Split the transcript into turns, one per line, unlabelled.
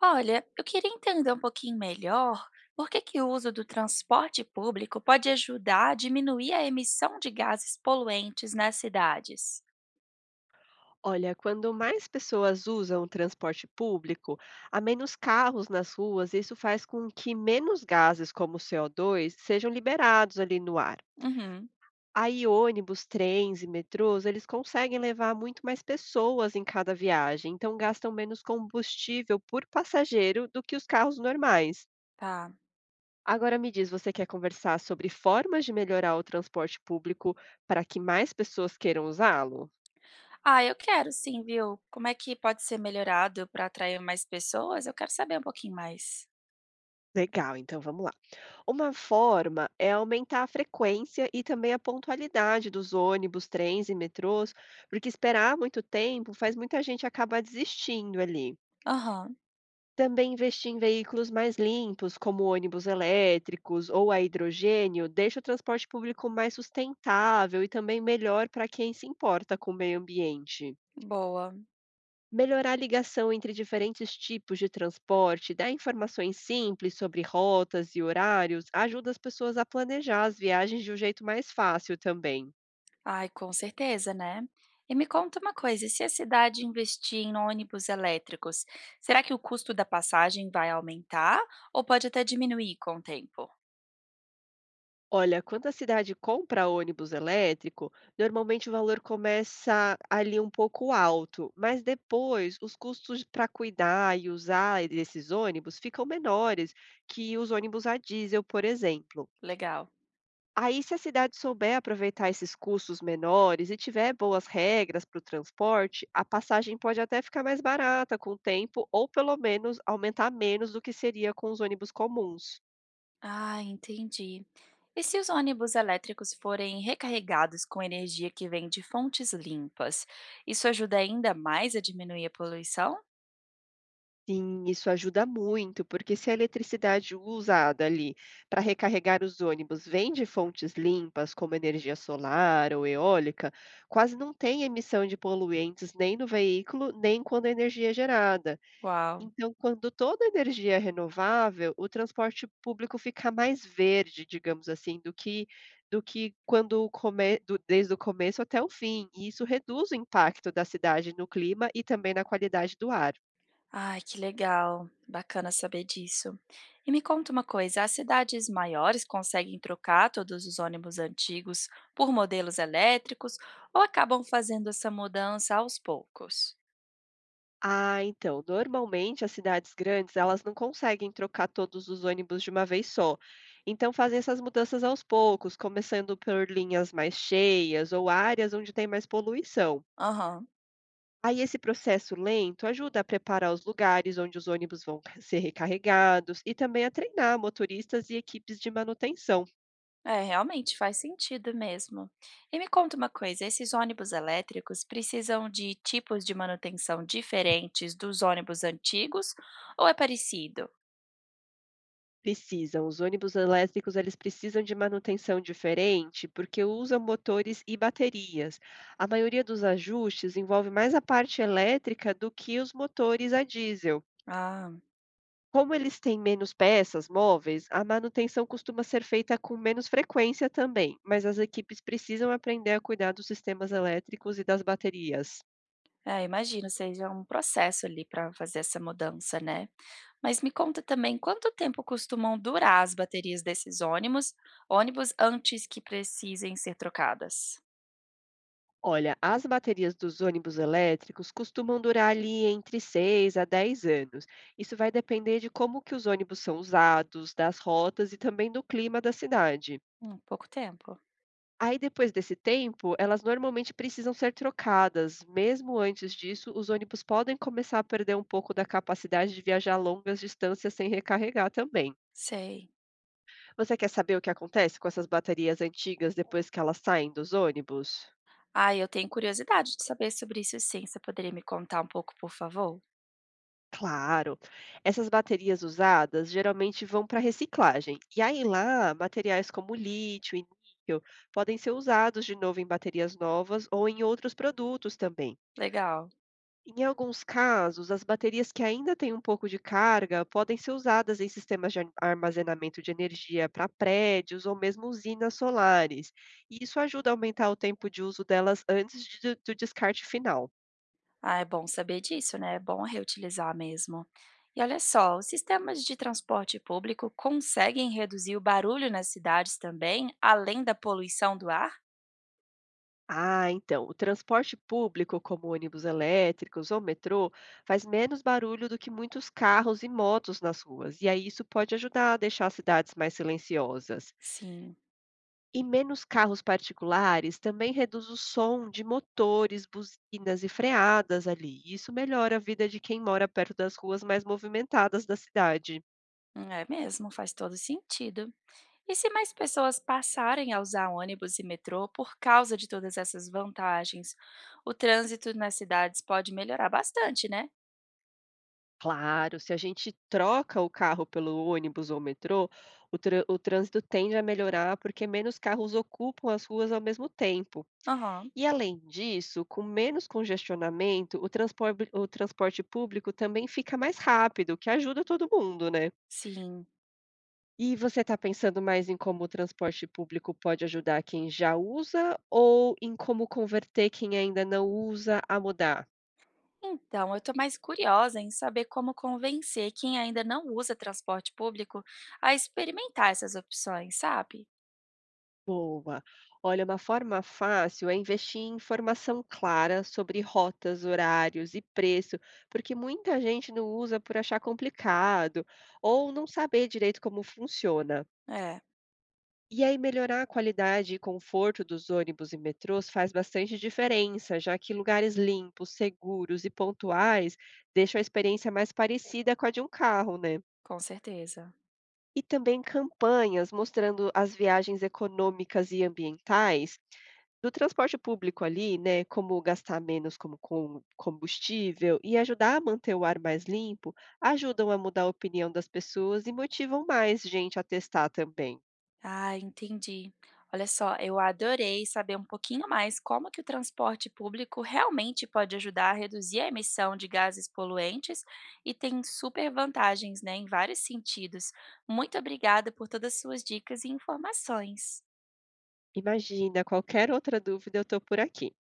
Olha, eu queria entender um pouquinho melhor por que o uso do transporte público pode ajudar a diminuir a emissão de gases poluentes nas cidades.
Olha, quando mais pessoas usam o transporte público, há menos carros nas ruas, e isso faz com que menos gases como o CO2 sejam liberados ali no ar.
Uhum,
Aí ônibus, trens e metrôs, eles conseguem levar muito mais pessoas em cada viagem, então gastam menos combustível por passageiro do que os carros normais.
tá.
Agora me diz, você quer conversar sobre formas de melhorar o transporte público para que mais pessoas queiram usá-lo?
Ah, eu quero sim, viu? Como é que pode ser melhorado para atrair mais pessoas? Eu quero saber um pouquinho mais.
Legal, então vamos lá. Uma forma é aumentar a frequência e também a pontualidade dos ônibus, trens e metrôs, porque esperar muito tempo faz muita gente acabar desistindo ali.
Aham,
Também investir em veículos mais limpos, como ônibus elétricos ou a hidrogênio, deixa o transporte público mais sustentável e também melhor para quem se importa com o meio ambiente.
boa.
Melhorar a ligação entre diferentes tipos de transporte, dar informações simples sobre rotas e horários, ajuda as pessoas a planejar as viagens de um jeito mais fácil também.
Ai, com certeza, né? E me conta uma coisa, e se a cidade investir em ônibus elétricos, será que o custo da passagem vai aumentar ou pode até diminuir com o tempo?
Olha, quando a cidade compra ônibus elétrico, normalmente o valor começa ali um pouco alto, mas depois os custos para cuidar e usar desses ônibus ficam menores que os ônibus a diesel, por exemplo.
Legal.
Aí, se a cidade souber aproveitar esses custos menores e tiver boas regras para o transporte, a passagem pode até ficar mais barata com o tempo, ou pelo menos aumentar menos do que seria com os ônibus comuns.
Ah, entendi. E se os ônibus elétricos forem recarregados com energia que vem de fontes limpas, isso ajuda ainda mais a diminuir a poluição?
Sim, isso ajuda muito, porque se a eletricidade usada ali para recarregar os ônibus vem de fontes limpas, como energia solar ou eólica, quase não tem emissão de poluentes nem no veículo, nem quando a energia é gerada.
Uau!
Então, quando toda a energia é renovável, o transporte público fica mais verde, digamos assim, do que quando o come do desde o começo até o fim, e isso reduz o impacto da cidade no clima e também na qualidade do ar.
Ai, que legal! Bacana saber disso. E me conta uma coisa: as cidades maiores conseguem trocar todos os ônibus antigos por modelos elétricos ou acabam fazendo essa mudança aos poucos?
Ah, então, normalmente as cidades grandes, elas não conseguem trocar todos os ônibus de uma vez só. Então fazem essas mudanças aos poucos, começando por linhas mais cheias ou áreas onde tem mais poluição.
Aham.
Aí esse processo lento ajuda a preparar os lugares onde os ônibus vão ser recarregados e também a treinar motoristas e equipes de manutenção.
É, realmente faz sentido mesmo. E me conta uma coisa, esses ônibus elétricos precisam de tipos de manutenção diferentes dos ônibus antigos ou é parecido?
Precisam, os ônibus elétricos eles precisam de manutenção diferente porque usam motores e baterias. A maioria dos ajustes envolve mais a parte elétrica do que os motores a diesel.
Ah,
Como eles têm menos peças móveis, a manutenção costuma ser feita com menos frequência também, mas as equipes precisam aprender a cuidar dos sistemas elétricos e das baterias.
é, imagino, seja um processo ali para fazer essa mudança, né? Mas me conta também quanto tempo costumam durar as baterias desses ônibus antes que precisem ser trocadas?
Olha, as baterias dos ônibus elétricos costumam durar ali entre 6 a 10 anos. Isso vai depender de como que os ônibus são usados, das rotas e também do clima da cidade.
Pouco tempo.
Aí depois desse tempo, elas normalmente precisam ser trocadas. Mesmo antes disso, os ônibus podem começar a perder um pouco da capacidade de viajar longas distâncias sem recarregar também.
Sei.
Você quer saber o que acontece com essas baterias antigas depois que elas saem dos ônibus?
Ah, eu tenho curiosidade de saber sobre isso sim. Você poderia me contar um pouco, por favor?
Claro. Essas baterias usadas geralmente vão para reciclagem. E aí lá, materiais como lítio e níquel podem ser usados de novo em baterias novas ou em outros produtos também.
Legal.
Em alguns casos, as baterias que ainda têm um pouco de carga podem ser usadas em sistemas de armazenamento de energia para prédios ou mesmo usinas solares. E isso ajuda a aumentar o tempo de uso delas do descarte final.
Ah, é bom saber disso, né? É bom reutilizar mesmo. E olha só, os sistemas de transporte público conseguem reduzir o barulho nas cidades também, além da poluição do ar?
Ah, então, o transporte público, como ônibus elétricos ou metrô, faz menos barulho do que muitos carros e motos nas ruas, e aí isso pode ajudar a deixar as cidades mais silenciosas.
Sim,
E menos carros particulares também reduz o som de motores, buzinas e freadas ali. Isso melhora a vida de quem mora perto das ruas mais movimentadas da cidade.
é mesmo, faz todo sentido. E se mais pessoas passarem a usar ônibus e metrô por causa de todas essas vantagens, o trânsito nas cidades pode melhorar bastante, né?
Claro, se a gente troca o carro pelo ônibus ou metrô, o trânsito tende a melhorar porque menos carros ocupam as ruas ao mesmo tempo.
Aham,
E além disso, com menos congestionamento, o transporte público também fica mais rápido, o que ajuda todo mundo, né?
sim.
E você está pensando mais em como o transporte público pode ajudar quem já usa ou em como converter quem ainda não usa a mudar?
Então, eu estou mais curiosa em saber como convencer quem ainda não usa transporte público a experimentar essas opções, sabe?
Boa. Olha, uma forma fácil é investir em informação clara sobre rotas, horários e preço, porque muita gente não usa por achar complicado ou não saber direito como funciona.
É,
E aí melhorar a qualidade e conforto dos ônibus e metrôs faz bastante diferença, já que lugares limpos, seguros e pontuais deixam a experiência mais parecida com a de um carro, né?
com certeza.
E também campanhas mostrando as viagens econômicas e ambientais do transporte público ali, né, como gastar menos como com combustível e ajudar a manter o ar mais limpo, ajudam a mudar a opinião das pessoas e motivam mais gente a testar também.
Ah, entendi. Olha só, eu adorei saber um pouquinho mais como que o transporte público realmente pode ajudar a reduzir a emissão de gases poluentes e tem super vantagens, né, em vários sentidos. Muito obrigada por todas as suas dicas e informações.
Imagina, qualquer outra dúvida eu estou por aqui.